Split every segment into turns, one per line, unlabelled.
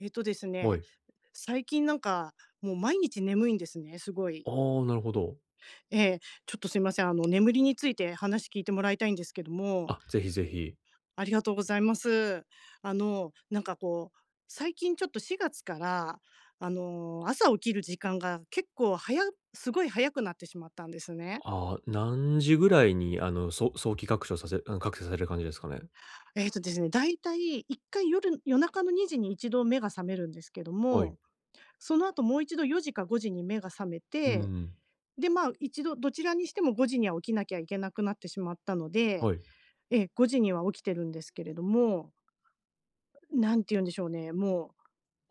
えっとです
は
ね、
い。
最近もう毎日眠いんですね、すご
あ
い。
あ、なるほど。
ええ、ちょっとすいません、眠りについて話聞いてもらいたいんですけども、
あ、ぜひぜひ。
ありがとうございます。あの、なんかこう、最近ちょっと4月から、朝起きる時間が結構早すごい早くなってしまったんですね。
ああ、何時ぐらいに、そ早期拡張させ覚醒される感じですかね？
えっとですね、だいたい一回夜中の2時に一度目が覚めるんですけど
はい。
も、その後もう一度4時か5時に目が覚め
う
て、
ん。
まあ、一度どちらにしても5時には起きなきゃいけなくなってしまったので、
はい。
ええ、5時には起きてるんですけれども、なんて言うんでしょうね、も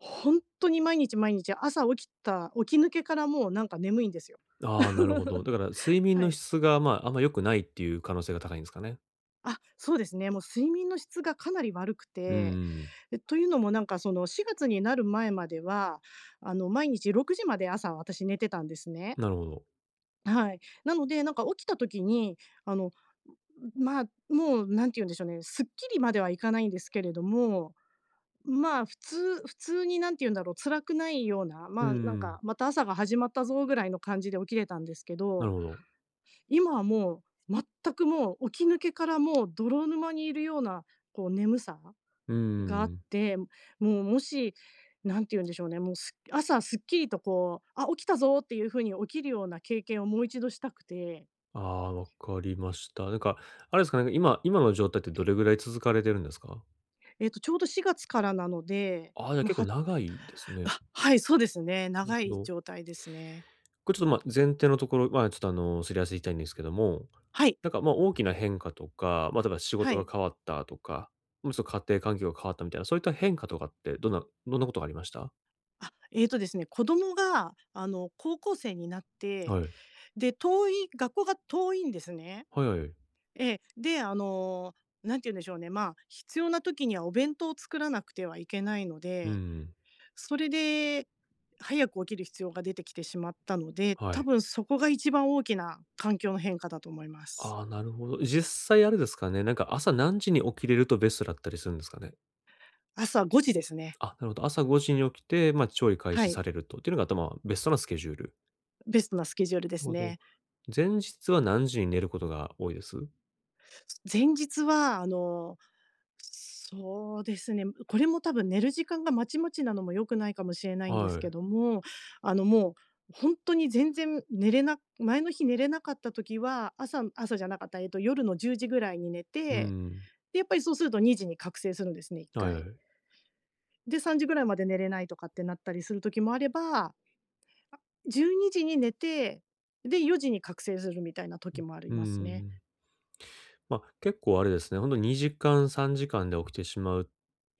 うほんとに毎日朝起きた起き抜けからもうなんか眠いんですよ。
ああ、なるほど。だから睡眠
は
の
い。
質が、まあ、あんま良くないっていう可能性が高いんですかね？
あ、そうですね、もう睡眠の質がかなり悪く
う
て、
ん。
というのもなんかその4月になる前までは、毎日6時まで朝私寝てたんですね。
なるほど。
はい。なので、なんか起きた時に、あのまあ、もうなんて言うんでしょうね、すっきりまではいかないんですけれども、まあ、普通になんて言うんだろう、辛くないような、
う
まあ、なんか、
ん。
また朝が始まったぞぐらいの感じで起きれたんですけ
なる
ど、
ほど。
今はもう全くもう起き抜けからもう泥沼にいるような、こう眠さ
うん
が
う
あっ
ん。
て、もうもし、なんて言うんでしょうね、もう朝すっきりとこう、あ、起きたぞっていう風に起きるような経験をもう一度したくて、
ああ、わかりました。なんか、あれですかね、今の状態ってどれぐらい続かれてるんですか？
えっと、ちょうど4月からなので、
ああ、じゃあ
まあ、
結構
は
長いですね。
はい、そうですね。
なる
長
ほ
い
ど。
状態ですね。
これちょっと、ま、前提のところ、まあ、ちょっと、すり合わせていきたいんですけども、
はい、
なんか、ま、大きな変化とか、ま、例えば仕
は
事
い。
が変わったとか、ま、その家庭環境が変わったみたいな、そういった変化とかってどんなことがありました？
あ、ええとですね、子供が、高校生になって、
はい。
で、学校が遠いんですね。
はいはいはい。
ええ、で、あの、なんて言うんでしょうね、まあ、必要な時にはお弁当を作らなくてはいけないの
う
で、
ん、
それで、早く起きる必要が出てきてしまったので、
は
多
い。
分そこが一番大きな環境の変化だと思います。
ああ、なるほど。実際あれですかね、なんか朝何時に起きれるとベストだったりするんですかね？
朝5時ですね。
あ、なるほど。朝5時に起きて、まあ、調理開
は
始さ
い、
れるとっていうのが、まあ、ベストなスケジュール。
ベストなスケジュールで
なる
す
ほど。
ね。
前日は何時に寝ることが多いです？
前日は、そうですね、これも多分寝る時間がまちまちなのも良くないかもしれないんです
はい。
けども、もうほんとに全然寝れな前の日寝れなかった時は、朝朝じゃなかった、えっと、夜の10時ぐらいに寝
う
て、
ん。
で、やっぱりそうすると2時に覚醒するんですね、1
はいは
回。
い。
で、3時ぐらいまで寝れないとかってなったりする時もあれば、12時に寝て、で、4時に覚醒するみたいな時もあり
う
ますね。
ん。まあ、結構あれですね、本当と2時間、3時間で起きてしまう、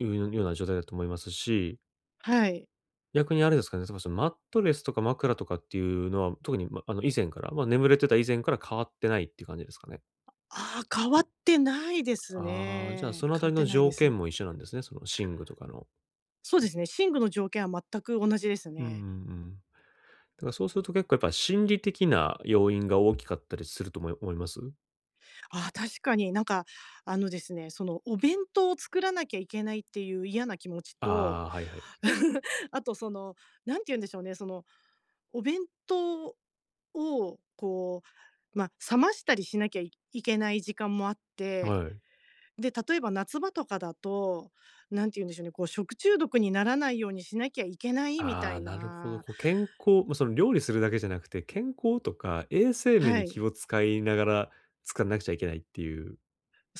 いうような状態だと思いますし、
はい。
逆にあれですかね、例えばそのマットレスとか枕とかっていうのは、特に、ま、あの以前から、まあ、眠れてた以前から変わってないっていう感じですかね。
ああ、変わってないです
ああ、じゃあそ
ね。
のあた
変わ
り
っ
の
てない
条
です。
件も一緒なんですね、その寝具とかの。
そうですね、寝具の条件は全く同じです
うんうんう
ね。
ん。だからそうすると結構やっぱ心理的な要因が大きかったりすると思います？
ああ、確かになんか、あのですね、そのお弁当を作らなきゃいけないっていう嫌な気持ち
あ
と、
あ、はいはい。
あとその、なんて言うんでしょうね、そのお弁当をこう、まあ冷ましたりしなきゃいいけない時間もあって、
はい。
で、例えば夏場とかだと、なんて言うんでしょうね、こう食中毒にならないようにしなきゃいけないみ
あ
た
あ、
い
なるほど。
な。
こう健康まあ、その料理するだけじゃなくて、健康とか衛生面
は
に気
い、
を使いながら作らなくちゃいけないっていう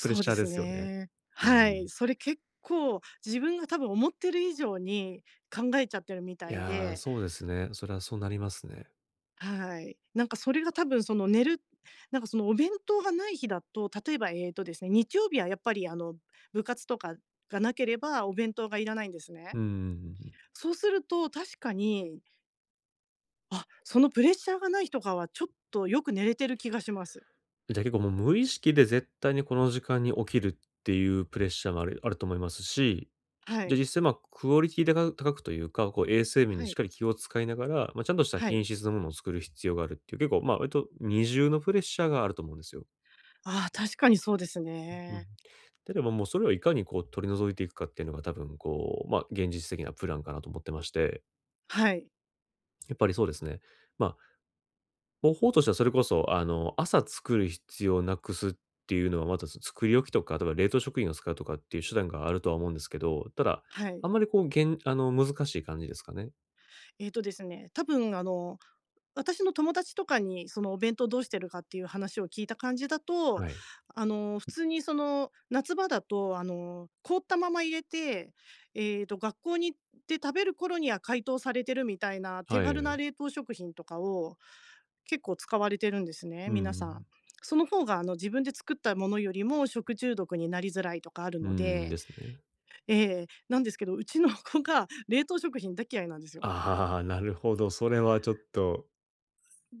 プレッ
う
シ
で
ャー
す
ですよね。
ね。
う
は
ん。
い、それ結構自分が多分思ってる以上に考えちゃってるみ
い
たい
やー、
で、
そうですね。それはそうなりますね。
はい。なんかそれが多分その寝るなんかそのお弁当がない日だと、例えばえーとですね、日曜日はやっぱり部活とかがなければお弁当がいらないんですね。
うんうんうんうん。
そうすると確かに、あ、そのプレッシャーがない日とかはちょっとよく寝れてる気がします。
じゃあ結構もう無意識で絶対にこの時間に起きるっていうプレッシャーもあると思いますし、
は
じゃあ
い、
実際まあクオリティ高くというか、こう衛生面に
は
しっ
い、
かり気を使いながら、まあ、ちゃんとした
は
品
い。
質のものを作る必要があるっていう、結構まあ割と二重のプレッシャーがあると思うんですよ。
ああ、確かにそうです
うん。で
ね。
あればもうそれをいかにこう取り除いていくかっていうのが多分こう、ま、現実的なプランかなと思ってまして、
はい、
やっぱりそうですね。ま、方法としてはそれこそ朝作る必要をなくすっていうのはまた、作り置きとか、例えば冷凍食品を使うとかっていう手段があるとは思うんですけど、ただ、
は
あ
い。
んまりこうげん難しい感じですかね。
ええとですね、多分あの、私の友達とかにそのお弁当どうしてるかっていう話を聞いた感じだと、
はい。
普通にその夏場だと凍ったまま入れて、ええと、学校に行って食べる頃には解凍されてるみたいな手
はい
軽
は
な
い。
冷凍食品とかを結構使われてるんですね、
うんう
皆さん。
ん。
その方が自分で作ったものよりも食中毒になりづらいとかある
ー
の
ん、
で、
ですね。
なんですけど、うちの子が冷凍食品大嫌いなんですよ。
ああ、なるほど、それはちょっと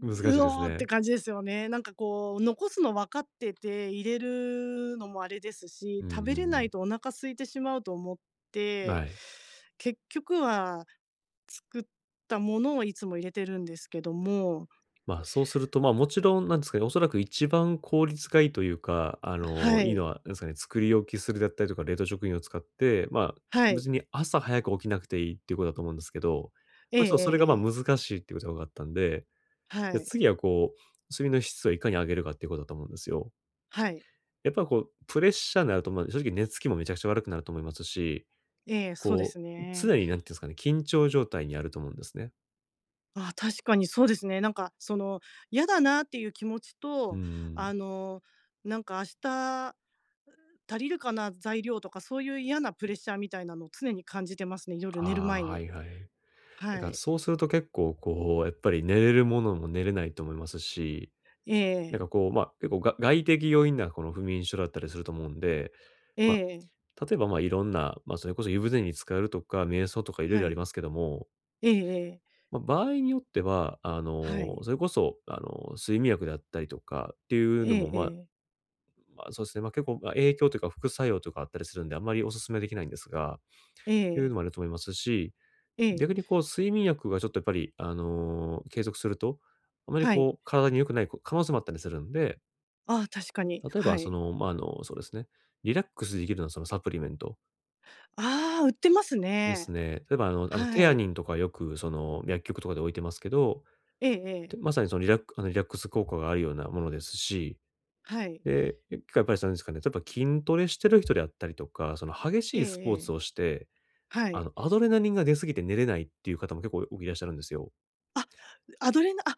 難しいです
お！って
ね。
感じですよね。なんかこう、残すの分かってて入れるのもあれです
う
し、
ん
食
うんう
べれな
ん。
いとお腹空いてしまうと思って、
はい。
結局は作ったものをいつも入れてるんですけども。
まあ、そうすると、まあ、もちろんなんですかね、おそらく一番効率がいいというか、
は
いいの
い。
は、なんですかね、作り置きするだったりとか、冷凍食品を使って、まあ、
はい。
別に朝早く起きなくていいっていうことだと思うんですけど、
え
ま
え
あ、ちょっとそ
え
れ
え
が、
え
ま、
え。
難しいっていうことが分かったんで、
は
で、
い。
次はこう、睡眠の質をいかに上げるかっていうことだと思うんですよ。
はい。
やっぱこう、プレッシャーになると、まあ、正直寝つきもめちゃくちゃ悪くなると思いますし、
ええ、そうで
こ
す
う、
ね。
常に何ていうんですかね、緊張状態にあると思うんですね。
ああ、確かにそうですね。なんかその、嫌だなっていう気持ち
う
と、
ん。
あの、なんか明日足りるかな、材料とかそういう嫌なプレッシャーみたいなのを常に感じてますね、夜
あ
寝る前
あ、はい
に。
はい。
は
なんか
い。
そうすると結構こう、やっぱり寝れるものも寝れないと思いますし、
え
なん
え、
かこう、まあ、結構が外的要因なこの不眠症だったりすると思うんで、
え
ま
え、
あ、例えばまあいろんな、まあそれこそ湯船に浸かるとか、瞑想とかいろい
は
ろありま
い。
すけども、
ええ、
まあ、場合によっては、
はい。
それこそ、睡眠薬であったりとかっていう
え
のも、
ええ
まあ、
え、
まあ、そうですね。まあ、結構、まあ、影響というか副作用とかあったりするんで、あんまりお勧めできないんですが、っ
え
ていうの
え、
もあると思いますし、
ええ、
逆にこう、睡眠薬がちょっとやっぱり、継続すると、あまり
はい。
こう、体に良くないこ可能性もあったりするんで、
ああ、確かに、
例え
は
ばそ
い。
の、まあ、そうですね、リラックスできるようなそのサプリメント
ああ、売ってます
です
ね。
ね。例えば
は
テア
い。
ニンとかよくその、薬局とかで置いてますけど、
えええ
て
え、
まさにそのリラックあの、リラックス効果があるようなものですし、
はい。
で、結構やっぱりそのですかね、例えば筋トレしてる人であったりとか、その激し
ええ
いスポー
え
ツ
え、
をして、
はい。
アドレナリンが出すぎて寝れないっていう方も結構多くいらっしゃるんですよ。
あ、アドレナあ、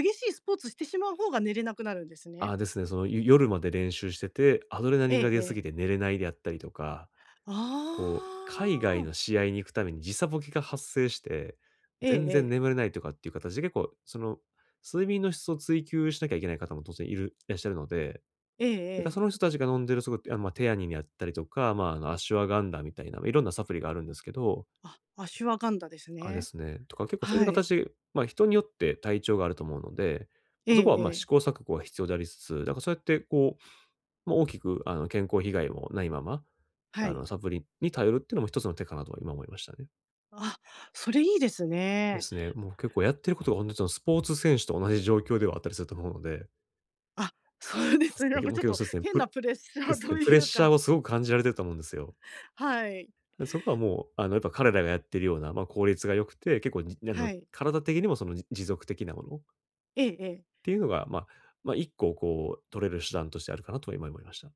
激しいスポーツしてしまう方が寝れなくなるんです
あ
ね。
あ、ですね、その、ゆ夜まで練習してて、アドレナ
え
リン
え
が出
え
すぎて寝
え。
れないであったりとか、
あ
こう、海外
あ。
の試合に行くために時差ボケが発生して、
ええ
全
え
然
え。
眠れないとかっていう形で結構、その、睡眠の質を追求しなきゃいけない方も当然いらっしゃるので、
え
なんかそ
え
の
ええ
人たちが飲んでるすごく、あ、まあ、テアニンであったりとか、まあ、アシュアガンダみたいな、いろんなサプリがあるんですけど、
あ、アシュワガンダです
あ、で
ね。
すね、とか結構そういう
はい。
形で、ま、人によって体調があると思うので、
え
そこは、
え
ま、
え
試
え。
行錯誤が必要でありつつ、だからそうやってこうまあ、大きく健康被害もないまま、
はい。
サプリに頼るっていうのも一つの手かなとは今思いましたね。
あ、それいいです
で
ね。
すね。もう結構やってることが本当とにそのスポーツ選手と同じ状況ではあったりすると思うので、
あ、そうで
で
す
す
ね。なん
ね、
か
もう
ちょっ
結構
と
そうですね、
変なプレッシャーと
プレッ
いう
シャー
か、
をすごく感じられてると思うんですよ。
はい。
で、そこはもう、やっぱ彼らがやってるような、まあ、効率が良くて、結構じ
はい。
体的にもその、じ持続的なものっ
ええ。
ていうのが、まあまあ、一個こう取れる手段としてあるかなとは今思いました。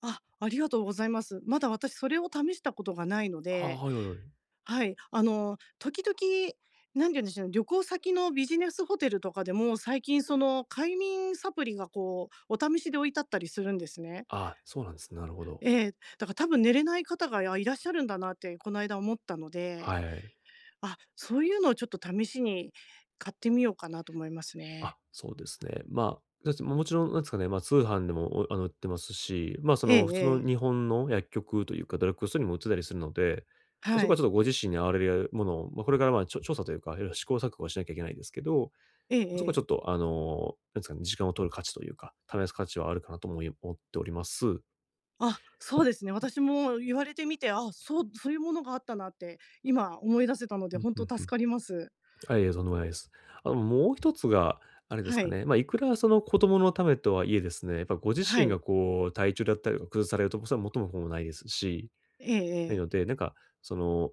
あ、ありがとうございます。まだ私それを試したことがないの
ああ、
で、
はいはいはい。
はい。時々、なんて言うんでしょうね、旅行先のビジネスホテルとかでも、最近その快眠サプリがこう、お試しで置いてあったりするんですね。
ああ、そうなんですね。なるほど。
ええ、だから多分寝れない方が、あ、いらっしゃるんだなってこの間思ったので、
はい。
あ、そういうのをちょっと試しに買ってみようかなと思いますね。
あ、そうですね。まあ、だってまもちろんなんですかね、まあ、通販でも、お売ってますし、まあ、そ
ええ
の普
え
通の
え、
日本の薬局というか、ドラッグストアにも売ってたりするので、
は
そこはちょっ
い。
とご自身に合われるものを、まあ、これから、まあ、ちょ調査というか、いろいろ試行錯誤しなきゃいけないですけど、
ええ
そ
え
こはちょ
え。
っと、なんですかね、時間を取る価値というか、試す価値はあるかなとも思っております。
あ、そうですね。私も言われてみて、あ、そういうものがあったなって今思い出せたの
う
で、
ん、
本
うん
当
う
助
ん。
かります。
あ、いえ、とんでもないです。もう一つが、あれです
は
か
い、
ね、まあ、いくらその子供のためとはいえですね、やっぱご自
は
身
い。
がこう体調だったりとか崩されると、もそれは元も子もないですし、
ええ
ない
ええ。
ので、なんかその、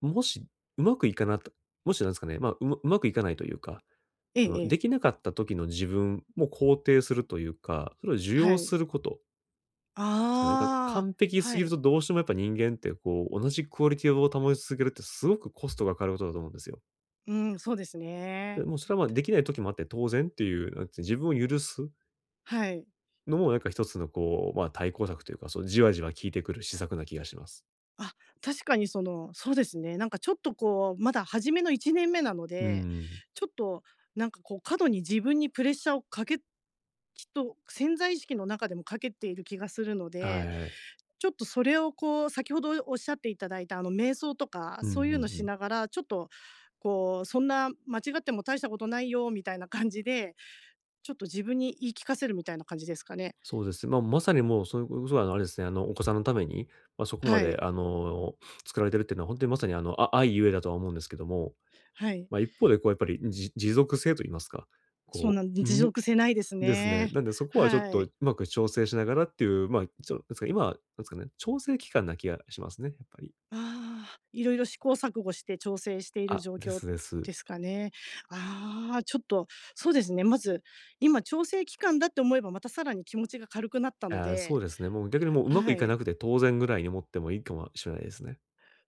もしうまくいかなともしなんですかね、まあ、うまうまくいかないというか、
え
その
え
で
ええ。
きなかった時の自分も肯定するというか、それを受
は
容
い。
することですかね。なんか
ああ、
完璧す
は
ぎる
い。
とどうしてもやっぱ人間ってこう同じクオリティを保ち続けるってすごくコストがかかることだと思うんですよ。
うん、そうです
で、
ね。
もうそれは、ま、できない時もあって当然っていう、なんていう自分を許す
はい。
のもなんか一つのこう、まあ、対抗策というか、そう、じわじわ効いてくる施策な気がします。
あ、確かにその、そうですね。なんかちょっとこう、まだ初めの1年目なの
う
で、
ん。
ちょっとなんかこう過度に自分にプレッシャーをかけきっと潜在意識の中でもかけている気がするの
は
で、
いはい。
ちょっとそれをこう先ほどおっしゃっていただいたあの瞑想とか、
うんう
そう
ん
いうの
う
し
ん。
ながら、ちょっとこう、そんな間違っても大したことないよみたいな感じで、ちょっと自分に言い聞かせるみたいな感じですかね。
そうです。まま、まさにもうそういうこそ、あれですね、お子さんのために、まあ、そこま
は
で、
い。
作られてるっていうのは本当にまさに、あ愛ゆえだとは思うんですけども、
はい。
まあ、一方でこうやっぱり、じ持続性といいますか、
そう
こ
なん持
う、む
続性ないです
ですね。
ね。
なんでそこはちょっ
は
と
い。
うまく調整しながらっていう、まあ、ちょなんですか、今は、なんですかね、調整期間な気がしますね、やっぱり。
ああ、いろいろ試行錯誤して調整している
あ、
状
で
況
すです。
ですかね。ああ、ちょっと、そうですね、まず、今調整期間だって思えば、またさらに気持ちが軽くなったの
ああ、そう
で、
ですね。もう逆にもううまく
は
いか
い。
なくて当然ぐらいに思ってもいいかもしれないですね。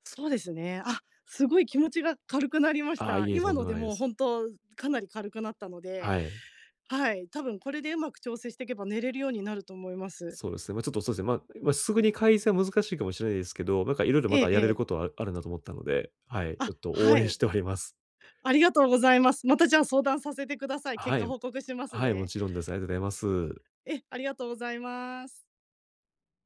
そうですね。あ、すごい気持ちが軽くなりまし
ああ、
た。
いえ、と
今
んで
の
も
で
ないで
もう
す。
本当かなり軽くなったので、
はい。
はい、多分これでうまく調整していけば寝れるようになると思います。
そうですね。まあ、ちょっとそうですね、まあまあ、すぐに改善は難しいかもしれないですけど、なんかいろいろま
ええ
た
え
やれる
え。
ことはあるなと思ったので、はい、ちょ
あ、
っと応
は
援
い。
しております。
ありがとうございます。またじゃあ相談させてください。結
は
果
い、
報告します
はい、も
ね。
ちろんです。ありがとうございます。
え、ありがとうございます。